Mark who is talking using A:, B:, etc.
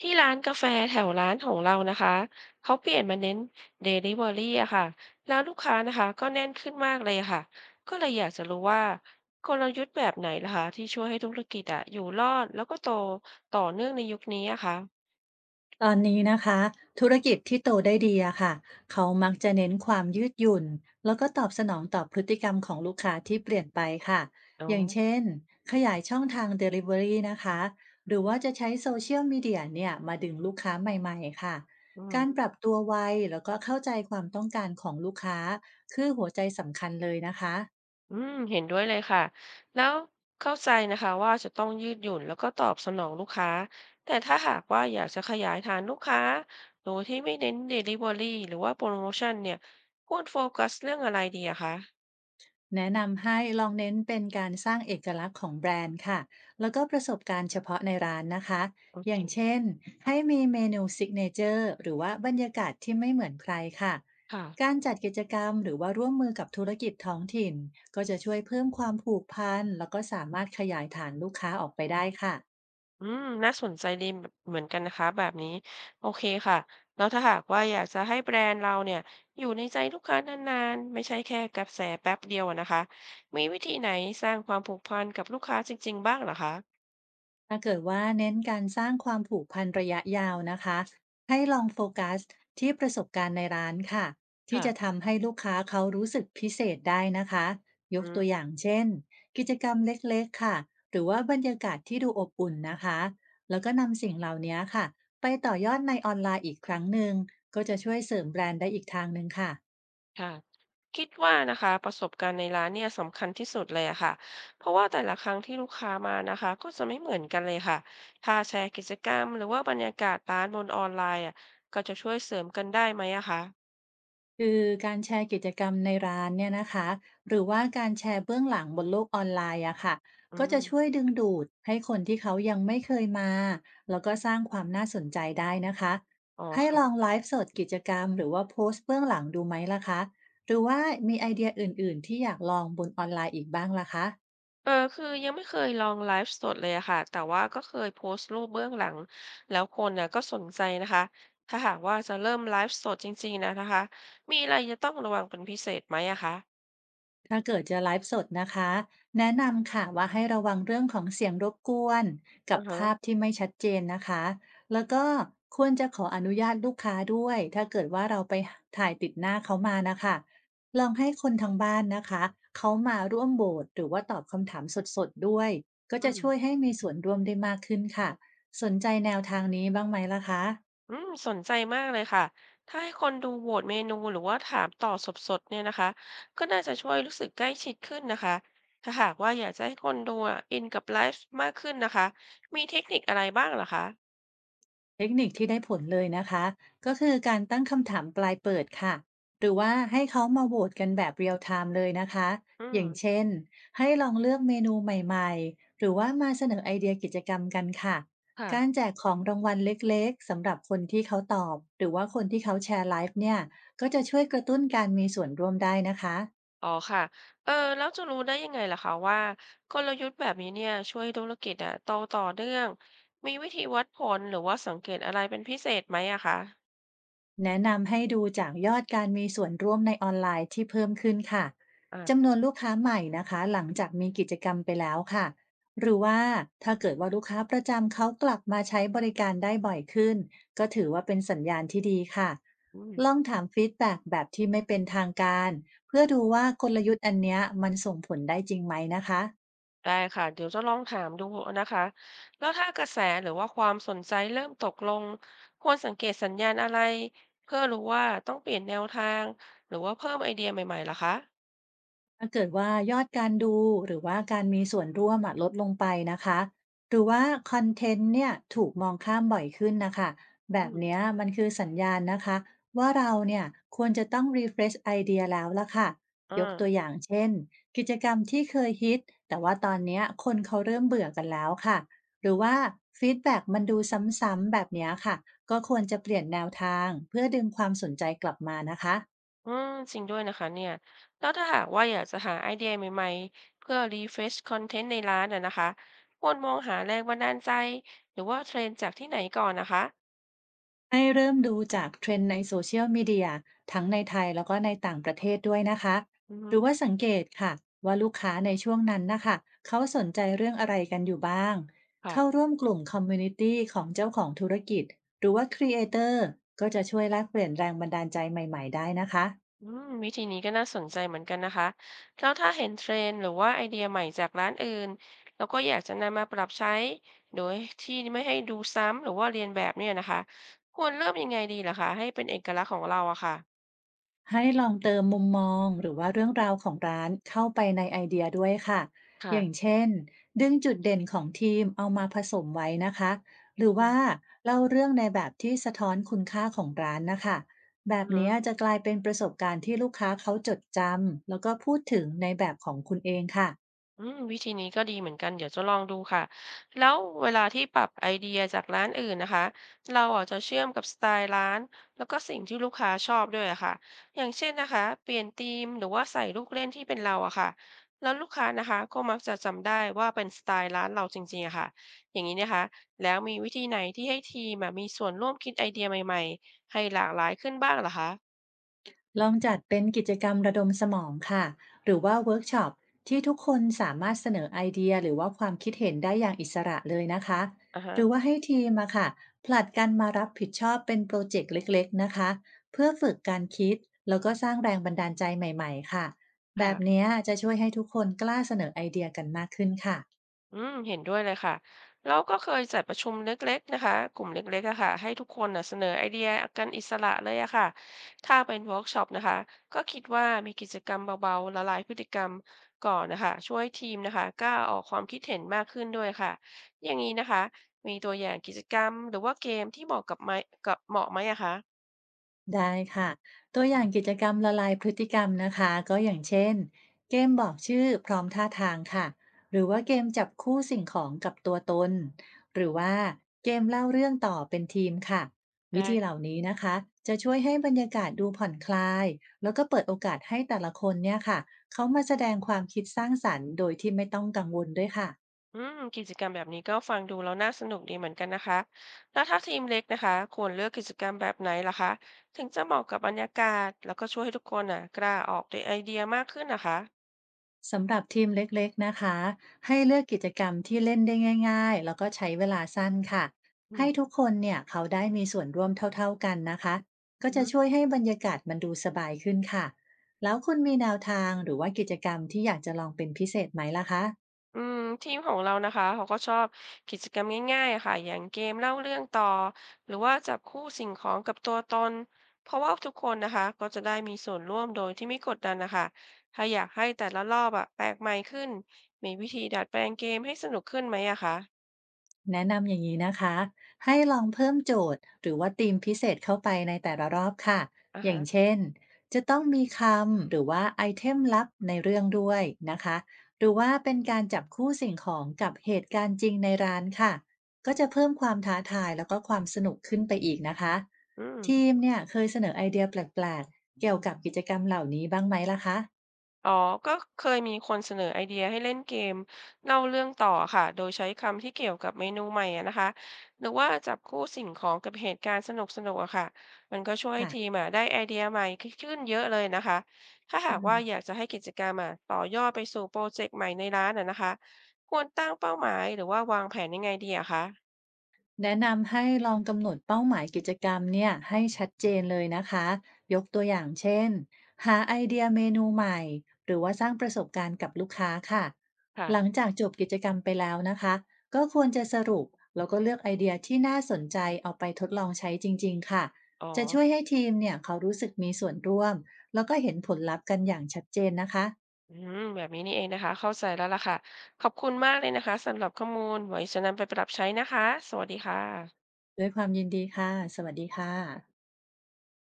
A: ที่ร้านกาแฟแถวร้านของเรานะคะเขาเปลี่ยนมาเน้นเดลิเวอรี่อะค่ะแล้วลูกค้านะคะก็แน่นขึ้นมากเลยอะค่ะก็เลยอยากจะรู้ว่ากลยุทธ์แบบไหนล่ะคะที่ช่วยให้ธุรกิจอะอยู่รอดแล้วก็โตต่อเนื่องในยุคนี้อะค่ะ
B: ตอนนี้นะคะธุรกิจที่โตได้ดีอะค่ะเขามักจะเน้นความยืดหยุ่นแล้วก็ตอบสนองต่อพฤติกรรมของลูกค้าที่เปลี่ยนไปค่ะ
A: อ๋อ
B: อย่างเช่นขยายช่องทาง Delivery นะคะหรือว่าจะใช้โซเชียลมีเดียเนี่ยมาดึงลูกค้าใหม่ๆค่ะ
A: อื
B: การป
A: ม
B: รับตัวไวแล้วก็เข้าใจความต้องการของลูกค้าคือหัวใจสำคัญเลยนะคะ
A: อืมเห็นด้วยเลยค่ะแล้วเข้าใจนะคะว่าจะต้องยืดหยุ่นแล้วก็ตอบสนองลูกค้าแต่ถ้าหากว่าอยากจะขยายฐานลูกค้าโดยที่ไม่เน้นเดลิเวอรี่หรือว่าโปรโมชั่นเนี่ยควรโฟกัสเรื่องอะไรดีอะคะ
B: แนะนำให้ลองเน้นเป็นการสร้างเอกลักษณ์ของแบรนด์ค่ะ แล้วก็ประสบการณ์เฉพาะในร้านนะคะ
A: โอ
B: อย่าง
A: เค
B: เช่นให้มีเมนูซิกเนเจอร์หรือว่าบรรยากาศที่ไม่เหมือนใครค่ะ
A: ค่ะ
B: การจัดกิจกรรมหรือว่าร่วมมือกับธุรกิจท้องถิ่นก็จะช่วยเพิ่มความผูกพันแล้วก็สามารถขยายฐานลูกค้าออกไปได้ค่ะ
A: อืมน่าสนใจดีเหมือนกันนะคะแบบนี้โอเคค่ะแล้วถ้าหากว่าอยากจะให้แบรนด์เราเนี่ยอยู่ในใจลูกค้านานๆไม่ใช่แค่กระแสแป๊บเดียวอะนะคะมีวิธีไหนสร้างความผูกพันกับลูกค้าจริงๆบ้างเหรอคะ
B: ถ้าเกิดว่าเน้นการสร้างความผูกพันระยะยาวนะคะให้ลองโฟกัสที่ประสบการณ์ในร้านค่ะที่
A: ค่ะ
B: จะทำให้ลูกค้าเขารู้สึกพิเศษได้นะคะย
A: อื
B: กตัวอ
A: ม
B: ย่างเช่นกิจกรรมเล็กๆค่ะหรือว่าบรรยากาศที่ดูอบอุ่นนะคะแล้วก็นำสิ่งเหล่านี้ค่ะไปต่อยอดในออนไลน์อีกครั้งหนึ่งก็จะช่วยเสริมแบรนด์ได้อีกทางหนึ่งค่ะ
A: ค่ะคิดว่านะคะประสบการณ์ในร้านเนี่ยสำคัญที่สุดเลยอะค่ะเพราะว่าแต่ละครั้งที่ลูกค้ามานะคะก็จะไม่เหมือนกันเลยค่ะถ้าแชร์กิจกรรมหรือว่าบรรยากาศร้านบนออนไลน์อะก็จะช่วยเสริมกันได้ไหมอะคะ
B: คือการแชร์กิจกรรมในร้านเนี่ยนะคะหรือว่าการแชร์เบื้องหลังบนโลกออนไลน์อะค่ะ
A: อื
B: ก็จะ
A: ม
B: ช่วยดึงดูดให้คนที่เขายังไม่เคยมาแล้วก็สร้างความน่าสนใจได้นะคะ
A: อ๋อ
B: ให้ลอง
A: ค่ะ
B: ไลฟ์สดกิจกรรมหรือว่าโพสต์เบื้องหลังดูไหมล่ะคะหรือว่ามีไอเดียอื่นๆที่อยากลองบนออนไลน์อีกบ้างล่ะคะ
A: คือยังไม่เคยลองไลฟ์สดเลยอะค่ะแต่ว่าก็เคยโพสต์รูปเบื้องหลังแล้วคนน่ะก็สนใจนะคะถ้าหากว่าจะเริ่มไลฟ์สดจริงๆนะคะมีอะไรจะต้องระวังเป็นพิเศษไหมอะคะ
B: ถ้าเกิดจะไลฟ์สดนะคะแนะนำค่ะว่าให้ระวังเรื่องของเสียงรบกวน
A: อื
B: กับ
A: อฮะ
B: ภาพที่ไม่ชัดเจนนะคะแล้วก็ควรจะขออนุญาตลูกค้าด้วยถ้าเกิดว่าเราไปถ่ายติดหน้าเขามานะคะ ลองให้คนทางบ้านนะคะเขามาร่วมโบสหรือว่าตอบคำถามสดๆด้วยก็
A: อื
B: จะ
A: ม
B: ช่วยให้มีส่วนร่วมได้มากขึ้นค่ะ สนใจแนวทางนี้บ้างไหมล่ะคะ
A: อืมสนใจมากเลยค่ะ ถ้าให้คนดูโหวตเมนูหรือว่าถามต่อบสดๆเนี่ยนะคะ ก็น่าจะช่วยรู้สึกใกล้ชิดขึ้นนะคะ ถ้าหากว่าอยากจะให้คนดูอ่ะอินกับไลฟ์มากขึ้นนะคะ มีเทคนิคอะไรบ้างเหรอคะ
B: เทคนิคที่ได้ผลเลยนะคะก็คือการตั้งคำถามปลายเปิดค่ะหรือว่าให้เขามาโหวตกันแบบเรียลไทม์เลยนะคะ
A: อื
B: อ
A: ม
B: ย่างเช่นให้ลองเลือกเมนูใหม่ๆหรือว่ามาเสนอไอเดียกิจกรรมกันค่ะการ
A: ค่ะ
B: แจกของรางวัลเล็กๆสำหรับคนที่เขาตอบหรือว่าคนที่เขาแชร์ไลฟ์เนี่ยก็จะช่วยกระตุ้นการมีส่วนร่วมได้นะคะ
A: อ๋อค่ะ แล้วจะรู้ได้ยังไงล่ะคะว่ากลยุทธ์แบบนี้เนี่ยช่วยธุรกิจอ่ะโตต่อเนื่อง มีวิธีวัดผลหรือว่าสังเกตอะไรเป็นพิเศษไหมอะคะ
B: แนะนำให้ดูจากยอดการมีส่วนร่วมในออนไลน์ที่เพิ่มขึ้นค่ะ
A: อ่า
B: จำนวนลูกค้าใหม่นะคะหลังจากมีกิจกรรมไปแล้วค่ะหรือว่าถ้าเกิดว่าลูกค้าประจำเขากลับมาใช้บริการได้บ่อยขึ้นก็ถือว่าเป็นสัญญาณที่ดีค่ะ
A: อืม
B: ลองถามฟีดแบ็กแบบที่ไม่เป็นทางการเพื่อดูว่ากลยุทธ์อันเนี้ยมันส่งผลได้จริงไหมนะคะ
A: ได้ค่ะเดี๋ยวจะลองถามดูนะคะแล้วถ้ากระแสหรือว่าความสนใจเริ่มตกลงควรสังเกตสัญญาณอะไรเพื่อรู้ว่าต้องเปลี่ยนแนวทางหรือว่าเพิ่มไอเดียใหม่ๆล่ะคะ
B: ถ้าเกิดว่ายอดการดูหรือว่าการมีส่วนร่วมอะลดลงไปนะคะหรือว่าคอนเทนต์เนี่ยถูกมองข้ามบ่อยขึ้นนะคะแบ
A: อื
B: บ
A: ม
B: เนี้ยมันคือสัญญาณนะคะว่าเราเนี่ยควรจะต้อง refresh ไอเดียแล้วละค่ะ
A: อ่า
B: ยกตัวอย่างเช่นกิจกรรมที่เคยฮิตแต่ว่าตอนเนี้ยคนเขาเริ่มเบื่อกันแล้วค่ะหรือว่าฟีดแบ็กมันดูซ้ำๆแบบเนี้ยค่ะก็ควรจะเปลี่ยนแนวทางเพื่อดึงความสนใจกลับมานะคะ
A: อืมจริงด้วยนะคะเนี่ยแล้วถ้าหากว่าอยากจะหาไอเดียใหม่ๆเพื่อรีเฟรชคอนเทนต์ในร้านอะนะคะควรมองหาแรงบันดาลใจหรือว่าเทรนด์จากที่ไหนก่อนนะคะ
B: ให้เริ่มดูจากเทรนด์ในโซเชียลมีเดียทั้งในไทยแล้วก็ในต่างประเทศด้วยนะคะ
A: อือ
B: ห
A: ฮึ
B: รือว่าสังเกตค่ะว่าลูกค้าในช่วงนั้นนะคะเขาสนใจเรื่องอะไรกันอยู่บ้างเข้า
A: ค่ะ
B: ร่วมกลุ่มคอมมูนิตี้ของเจ้าของธุรกิจหรือว่าครีเอเตอร์ก็จะช่วยแลกเปลี่ยนแรงบันดาลใจใหม่ๆได้นะคะ
A: อืมวิธีนี้ก็น่าสนใจเหมือนกันนะคะแล้วถ้าเห็นเทรนด์หรือว่าไอเดียใหม่จากร้านอื่นแล้วก็อยากจะนำมาปรับใช้โดยที่ไม่ให้ดูซ้ำหรือว่าเรียนแบบเนี่ยนะคะควรเริ่มยังไงดีล่ะคะให้เป็นเอกลักษณ์ของเราอะค่ะ
B: ให้ลองเติมมุมมองหรือว่าเรื่องราวของร้านเข้าไปในไอเดียด้วยค่ะ อย่าง
A: ค่ะ
B: เช่นดึงจุดเด่นของทีมเอามาผสมไว้นะคะ หรือ
A: อืม
B: ว่าเล่าเรื่องในแบบที่สะท้อนคุณค่าของร้านนะคะแบ
A: อื
B: บนี้
A: ม
B: จะกลายเป็นประสบการณ์ที่ลูกค้าเขาจดจำแล้วก็พูดถึงในแบบของคุณเองค่ะ
A: อืมวิธีนี้ก็ดีเหมือนกัน เดี๋ยวจะลองดูค่ะแล้วเวลาที่ปรับไอเดียจากร้านอื่นนะคะเราอาจจะเชื่อมกับสไตล์ร้าน แล้วก็สิ่งที่ลูกค้าชอบด้วยอะค่ะอย่างเช่นนะคะเปลี่ยนธีมหรือว่าใส่ลูกเล่นที่เป็นเราอะค่ะแล้วลูกค้านะคะก็มักจะจำได้ว่าเป็นสไตล์ร้านเราจริงๆอะค่ะอย่างนี้นะคะแล้วมีวิธีไหนที่ให้ทีมอะมีส่วนร่วมคิดไอเดียใหม่ๆให้หลากหลายขึ้นบ้างเหรอคะ
B: ลองจัดเป็นกิจกรรมระดมสมองค่ะหรือว่าเวิร์กช็อปที่ทุกคนสามารถเสนอไอเดียหรือว่าความคิดเห็นได้อย่างอิสระเลยนะคะ
A: อ่าฮะ
B: หรือว่าให้ทีมอะค่ะผลัดกันมารับผิดชอบเป็นโปรเจกต์เล็กๆนะคะเพื่อฝึกการคิดแล้วก็สร้างแรงบันดาลใจใหม่ๆค่ะแบบ
A: ค่ะ
B: เนี้ยจะช่วยให้ทุกคนกล้าเสนอไอเดียกันมากขึ้นค่ะ
A: อืมเห็นด้วยเลยค่ะเราก็เคยจัดประชุมเล็กๆนะคะกลุ่มเล็กๆอะค่ะให้ทุกคนน่ะเสนอไอเดียกันอิสระเลยอะค่ะถ้าเป็นเวิร์กช็อปนะคะก็คิดว่ามีกิจกรรมเบาๆละลายพฤติกรรมก่อนนะคะช่วยทีมนะคะกล้าออกความคิดเห็นมากขึ้นด้วยค่ะอย่างนี้นะคะมีตัวอย่างกิจกรรมหรือว่าเกมที่เหมาะไหมอะคะ
B: ได้ค่ะตัวอย่างกิจกรรมละลายพฤติกรรมนะคะก็อย่างเช่นเกมบอกชื่อพร้อมท่าทางค่ะหรือว่าเกมจับคู่สิ่งของกับตัวตนหรือว่าเกมเล่าเรื่องต่อเป็นทีมค่ะวิธีเห
A: ได้
B: ล่านี้นะคะจะช่วยให้บรรยากาศดูผ่อนคลายแล้วก็เปิดโอกาสให้แต่ละคนเนี่ยค่ะเขามาแสดงความคิดสร้างสรรค์โดยที่ไม่ต้องกังวลด้วยค่ะ
A: อืมกิจกรรมแบบนี้ก็ฟังดูแล้วน่าสนุกดีเหมือนกันนะคะแล้วถ้าทีมเล็กนะคะควรเลือกกิจกรรมแบบไหนล่ะคะถึงจะเหมาะกับบรรยากาศแล้วก็ช่วยให้ทุกคนอ่ะกล้าออกด้วยไอเดียมากขึ้นนะคะ
B: สำหรับทีมเล็กๆนะคะให้เลือกกิจกรรมที่เล่นได้ง่ายๆแล้วก็ใช้เวลาสั้นค่ะ
A: อื
B: ให้
A: ม
B: ทุกคนเนี่ยเขาได้มีส่วนร่วมเท่าๆกันนะคะ
A: อื
B: ก็
A: อ
B: จะ
A: ฮึ
B: ช่วยให้บรรยากาศมันดูสบายขึ้นค่ะแล้วคุณมีแนวทางหรือว่ากิจกรรมที่อยากจะลองเป็นพิเศษไหมล่ะคะ
A: อืมทีมของเรานะคะเขาก็ชอบกิจกรรมง่ายๆอะค่ะอย่างเกมเล่าเรื่องต่อหรือว่าจับคู่สิ่งของกับตัวตนเพราะว่าทุกคนนะคะก็จะได้มีส่วนร่วมโดยที่ไม่กดดันนะคะถ้าอยากให้แต่ละรอบอะแปลกใหม่ขึ้นมีวิธีดัดแปลงเกมให้สนุกขึ้นไหมอะคะ
B: แนะนำอย่างนี้นะคะ ให้ลองเพิ่มโจทย์หรือว่าธีมพิเศษเข้าไปในแต่ละรอบค่ะ
A: อะ
B: อย่าง
A: ฮะ
B: เช่นจะต้องมีคำหรือว่าไอเทมลับในเรื่องด้วยนะคะ หรือว่าเป็นการจับคู่สิ่งของกับเหตุการณ์จริงในร้านค่ะก็จะเพิ่มความท้าทายแล้วก็ความสนุกขึ้นไปอีกนะคะ
A: อืม
B: ทีมเนี่ยเคยเสนอไอเดียแปลกๆเกี่ยวกับกิจกรรมเหล่านี้บ้างไหมล่ะคะ
A: อ๋อ ก็เคยมีคนเสนอไอเดียให้เล่นเกมเล่าเรื่องต่อค่ะโดยใช้คำที่เกี่ยวกับเมนูใหม่อะนะคะหรือว่าจับคู่สิ่งของกับเหตุการณ์สนุกๆอะค่ะมันก็ช่วยให้ทีม
B: ค่ะ
A: อะได้ไอเดียใหม่ขึ้นเยอะเลยนะคะถ้าหา
B: อื
A: กว่าอยาก
B: ม
A: จะให้กิจกรรมอะต่อยอดไปสู่โปรเจกต์ใหม่ในร้านอะนะคะควรตั้งเป้าหมายหรือว่าวางแผนยังไงดีอะคะ
B: แนะนำให้ลองกำหนดเป้าหมายกิจกรรมเนี่ยให้ชัดเจนเลยนะคะยกตัวอย่างเช่น หาไอเดียเมนูใหม่ หรือว่าสร้างประสบการณ์กับลูกค้าค่ะหลัง
A: ค่ะ
B: จากจบกิจกรรมไปแล้วนะคะก็ควรจะสรุปแล้วก็เลือกไอเดียที่น่าสนใจเอาไปทดลองใช้จริงๆค่ะ
A: อ๋อ
B: จะช่วยให้ทีมเนี่ยเขารู้สึกมีส่วนร่วมแล้วก็เห็นผลลัพธ์กันอย่างชัดเจนนะคะ
A: อืมแบบนี้นี่เองนะคะเข้าใจแล้วล่ะค่ะขอบคุณมากเลยนะคะสำหรับข้อมูลไว้จะนำไปปรับใช้นะคะสวัสดีค่ะ
B: ด้วยความยินดีค่ะสวัสดีค่ะ